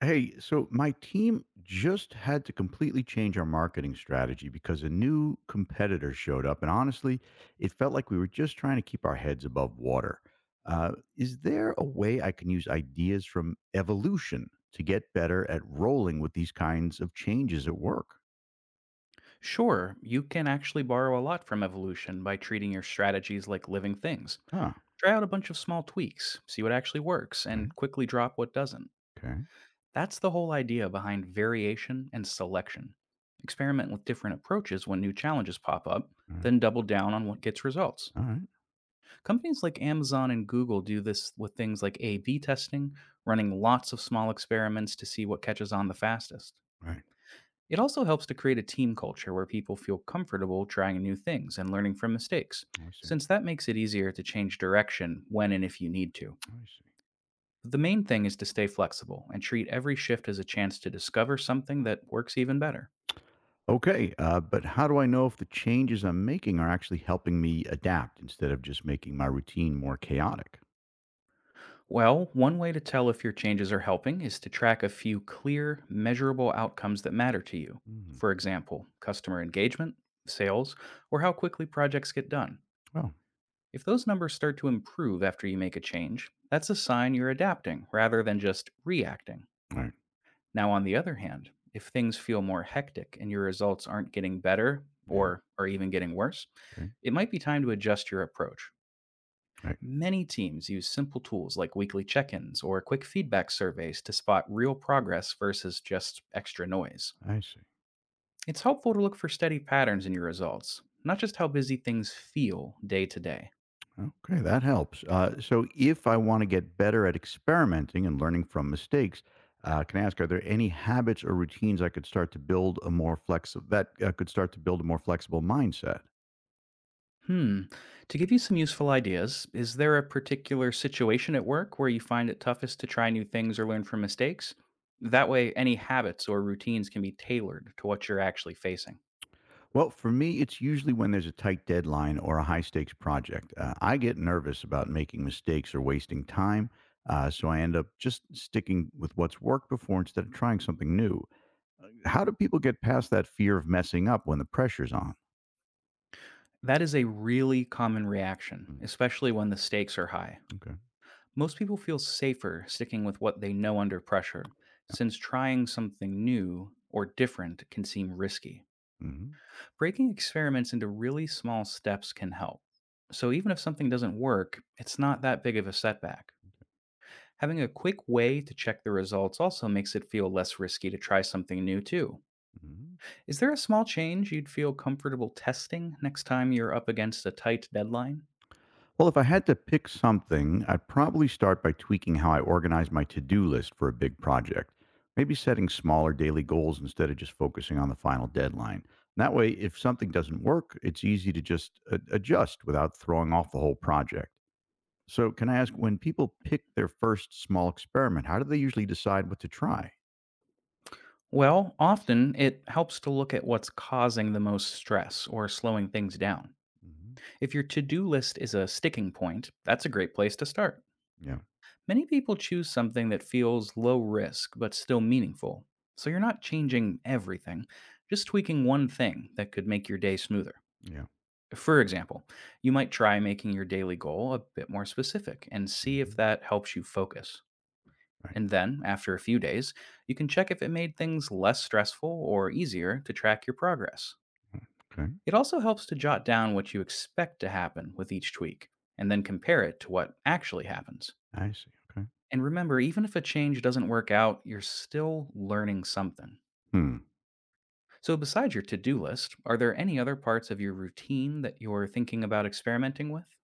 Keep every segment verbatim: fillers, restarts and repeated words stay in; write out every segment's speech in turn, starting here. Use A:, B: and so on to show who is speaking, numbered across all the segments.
A: Hey, so my team just had to completely change our marketing strategy because a new competitor showed up. And honestly, it felt like we were just trying to keep our heads above water. Uh, is there a way I can use ideas from evolution to get better at rolling with these kinds of changes at work?
B: Sure, you can actually borrow a lot from evolution by treating your strategies like living things.
A: Huh.
B: Try out a bunch of small tweaks, see what actually works,
A: Right.
B: and quickly drop what doesn't.
A: Okay.
B: That's the whole idea behind variation and selection. Experiment with different approaches when new challenges pop up,
A: All right.
B: then double down on what gets results.
A: All right.
B: Companies like Amazon and Google do this with things like A B testing, running lots of small experiments to see what catches on the fastest.
A: Right.
B: It also helps to create a team culture where people feel comfortable trying new things and learning from mistakes,
A: I see.
B: since that makes it easier to change direction when and if you need to.
A: I see.
B: The main thing is to stay flexible and treat every shift as a chance to discover something that works even better.
A: Okay. Uh, but how do I know if the changes I'm making are actually helping me adapt instead of just making my routine more chaotic?
B: Well, one way to tell if your changes are helping is to track a few clear, measurable outcomes that matter to you.
A: Mhm.
B: For example, customer engagement, sales, or how quickly projects get done.
A: Oh, all
B: If those numbers start to improve after you make a change, that's a sign you're adapting rather than just reacting.
A: right.
B: Now, on the other hand, if things feel more hectic and your results aren't getting better
A: Yeah.
B: or are even getting worse,
A: Okay.
B: it might be time to adjust your approach.
A: Right.
B: Many teams use simple tools like weekly check ins or quick feedback surveys to spot real progress versus just extra noise.
A: I see.
B: It's helpful to look for steady patterns in your results, not just how busy things feel day to day.
A: Okay. That helps. Uh, so, if I want to get better at experimenting and learning from mistakes, uh, can I ask, are there any habits or routines I could start to build a more flexible that uh, could start to build a more flexible mindset?
B: Hmm. To give you some useful ideas, is there a particular situation at work where you find it toughest to try new things or learn from mistakes? That way, any habits or routines can be tailored to what you're actually facing.
A: Well, for me, it's usually when there's a tight deadline or a high stakes project. Uh, I get nervous about making mistakes or wasting time, uh, so I end up just sticking with what's worked before instead of trying something new. How do people get past that fear of messing up when the pressure's on?
B: That is a really common reaction,
A: Mm.
B: especially when the stakes are high.
A: Okay.
B: Most people feel safer sticking with what they know under pressure, since trying something new or different can seem risky.
A: Hmm.
B: Breaking experiments into really small steps can help. So even if something doesn't work, it's not that big of a setback. Having a quick way to check the results also makes it feel less risky to try something new, too.
A: Hmm.
B: Is there a small change you'd feel comfortable testing next time you're up against a tight deadline?
A: Well, if I had to pick something, I'd probably start by tweaking how I organize my to do list for a big project. Maybe setting smaller daily goals instead of just focusing on the final deadline. That way, if something doesn't work, it's easy to just a- adjust without throwing off the whole project. So, can I ask when people pick their first small experiment, how do they usually decide what to try?
B: Well, often it helps to look at what's causing the most stress or slowing things down.
A: Hmm.
B: If your to do list is a sticking point, that's a great place to start.
A: Yeah.
B: Many people choose something that feels low risk but still meaningful. So you're not changing everything, just tweaking one thing that could make your day smoother.
A: Yeah.
B: For example, you might try making your daily goal a bit more specific and see if
A: Hmm.
B: that helps you focus.
A: Right.
B: And then, after a few days, you can check if it made things less stressful or easier to track your progress. It also helps to jot down what you expect to happen with each tweak and then compare it to what actually happens.
A: I see, okay.
B: And remember, even if a change doesn't work out, you're still learning something.
A: Hmm.
B: So, besides your to do list, are there any other parts of your routine that you're thinking about experimenting with?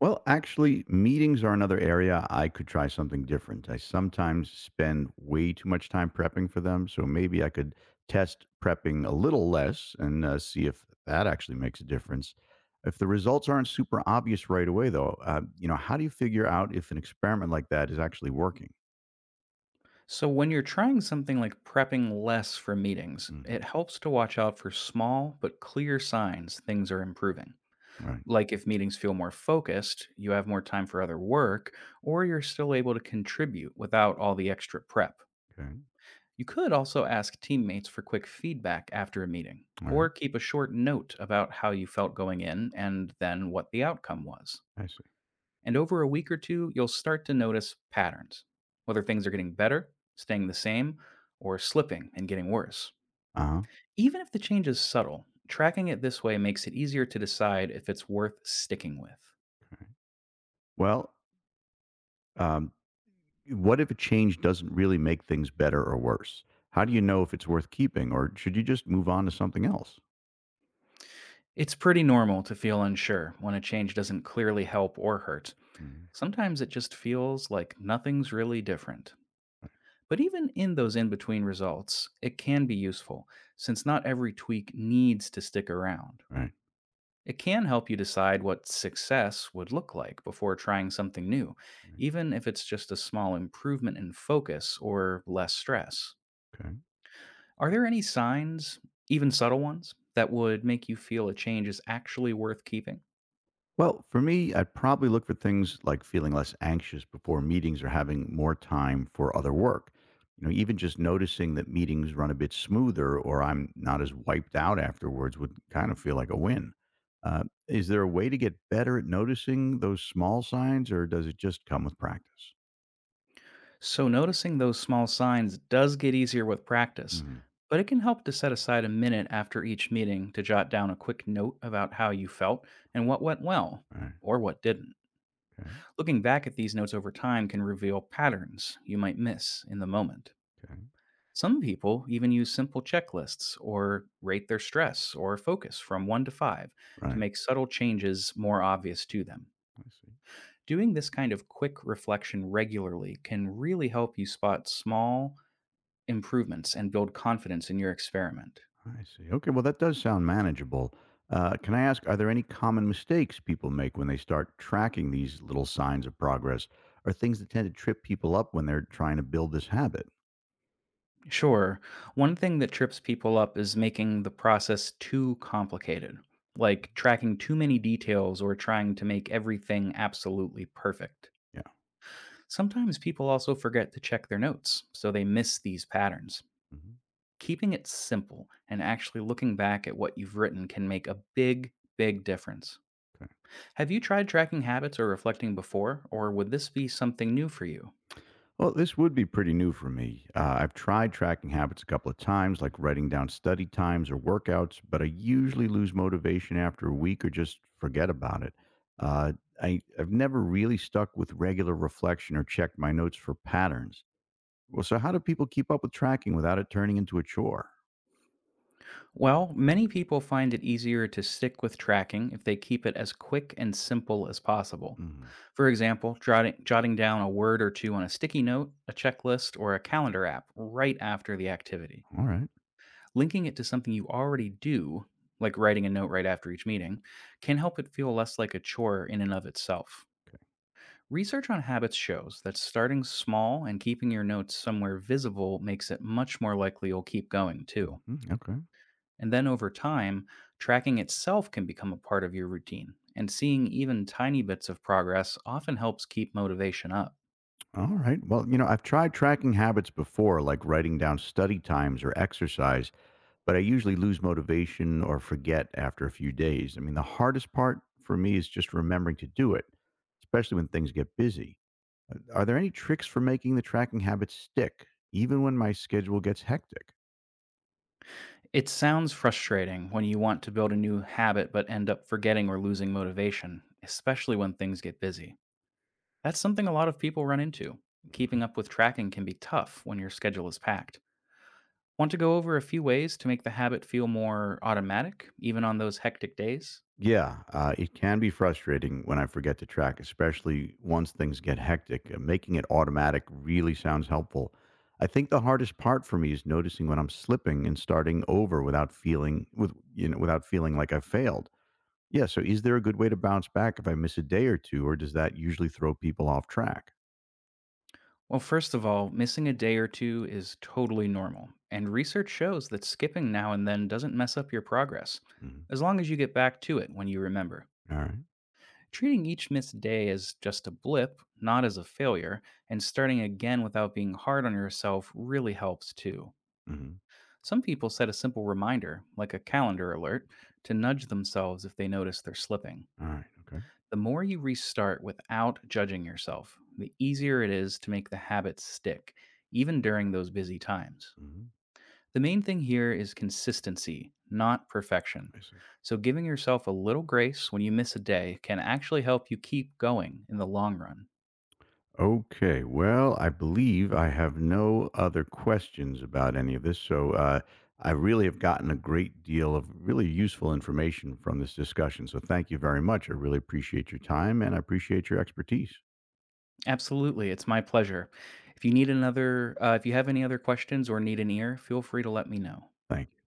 A: Well, actually, meetings are another area I could try something different. I sometimes spend way too much time prepping for them, so maybe I could test prepping a little less and uh, see if that actually makes a difference. If the results aren't super obvious right away, though, uh, you know, how do you figure out if an experiment like that is actually working?
B: So, when you're trying something like prepping less for meetings,
A: Mhm.
B: it helps to watch out for small but clear signs things are improving.
A: All right.
B: Like if meetings feel more focused, you have more time for other work, or you're still able to contribute without all the extra prep.
A: Okay.
B: You could also ask teammates for quick feedback after a meeting,
A: All
B: or
A: right.
B: keep a short note about how you felt going in and then what the outcome was.
A: I see.
B: And over a week or two, you'll start to notice patterns, whether things are getting better, staying the same, or slipping and getting worse.
A: Uh huh.
B: Even if the change is subtle, tracking it this way makes it easier to decide if it's worth sticking with.
A: Okay. Well, um, what if a change doesn't really make things better or worse? How do you know if it's worth keeping or should you just move on to something else?
B: It's pretty normal to feel unsure when a change doesn't clearly help or hurt.
A: Mm.
B: Sometimes it just feels like nothing's really different.
A: Right.
B: But even in those in between results, it can be useful since not every tweak needs to stick around.
A: Right.
B: It can help you decide what success would look like before trying something new,
A: Right.
B: even if it's just a small improvement in focus or less stress.
A: Okay.
B: Are there any signs, even subtle ones, that would make you feel a change is actually worth keeping?
A: Well, for me, I'd probably look for things like feeling less anxious before meetings or having more time for other work. You know, even just noticing that meetings run a bit smoother or I'm not as wiped out afterwards would kind of feel like a win. Uh, is there a way to get better at noticing those small signs or does it just come with practice?
B: So, noticing those small signs does get easier with practice,
A: Mm.
B: but it can help to set aside a minute after each meeting to jot down a quick note about how you felt and what went well
A: Right.
B: or what didn't. Looking back at these notes over time can reveal patterns you might miss in the moment.
A: Okay.
B: Some people even use simple checklists or rate their stress or focus from one to five to
A: Right.
B: make subtle changes more obvious to them.
A: I see.
B: Doing this kind of quick reflection regularly can really help you spot small, improvements and build confidence in your experiment.
A: I see. Okay. Well, that does sound manageable. Uh, can I ask, are there any common mistakes people make when they start tracking these little signs of progress or things that tend to trip people up when they're trying to build this habit?
B: Sure, one thing that trips people up is making the process too complicated, like tracking too many details or trying to make everything absolutely perfect.
A: Yeah.
B: Sometimes people also forget to check their notes, so they miss these patterns.
A: Hmm.
B: Keeping it simple and actually looking back at what you've written can make a big, big difference.
A: Okay.
B: Have you tried tracking habits or reflecting before, or would this be something new for you?
A: Well, this would be pretty new for me. Uh, I've tried tracking habits a couple of times, like writing down study times or workouts, but I usually lose motivation after a week or just forget about it. Uh, I, I've never really stuck with regular reflection or checked my notes for patterns. Well, so how do people keep up with tracking without it turning into a chore?
B: Well, many people find it easier to stick with tracking if they keep it as quick and simple as possible.
A: Mhm.
B: For example, jotting, jotting down a word or two on a sticky note, a checklist, or a calendar app right after the activity.
A: All right.
B: Linking it to something you already do, like writing a note right after each meeting, can help it feel less like a chore in and of itself.
A: Okay.
B: Research on habits shows that starting small and keeping your notes somewhere visible makes it much more likely you'll keep going, too.
A: Hmm. Okay.
B: And then over time, tracking itself can become a part of your routine, and seeing even tiny bits of progress often helps keep motivation up.
A: All right. Well, you know, I've tried tracking habits before, like writing down study times or exercise, but I usually lose motivation or forget after a few days. I mean, the hardest part for me is just remembering to do it, especially when things get busy. Uh, Are there any tricks for making the tracking habits stick, even when my schedule gets hectic?
B: It sounds frustrating when you want to build a new habit but end up forgetting or losing motivation, especially when things get busy. That's something a lot of people run into.
A: Mhm.
B: Keeping up with tracking can be tough when your schedule is packed. Want to go over a few ways to make the habit feel more automatic, even on those hectic days?
A: Yeah, uh, it can be frustrating when I forget to track, especially once things get hectic. Uh, Making it automatic really sounds helpful. I think the hardest part for me is noticing when I'm slipping and starting over without feeling with you know without feeling like I failed. Yeah, so is there a good way to bounce back if I miss a day or two, or does that usually throw people off track?
B: Well, first of all, missing a day or two is totally normal, and research shows that skipping now and then doesn't mess up your progress,
A: Mhm.
B: as long as you get back to it when you remember.
A: Alright.
B: Treating each missed day as just a blip, not as a failure, and starting again without being hard on yourself really helps too.
A: Mhm.
B: Some people set a simple reminder, like a calendar alert, to nudge themselves if they notice they're slipping.
A: Alright, okay.
B: The more you restart without judging yourself, the easier it is to make the habits stick, even during those busy times.
A: Mhm.
B: The main thing here is consistency, not perfection.
A: I see.
B: So, giving yourself a little grace when you miss a day can actually help you keep going in the long run.
A: Okay, well, I believe I have no other questions about any of this, so, uh, I really have gotten a great deal of really useful information from this discussion, so thank you very much. I really appreciate your time, and I appreciate your expertise.
B: Absolutely, it's my pleasure. If you need another, uh, if you have any other questions or need an ear, feel free to let me know.
A: Thanks.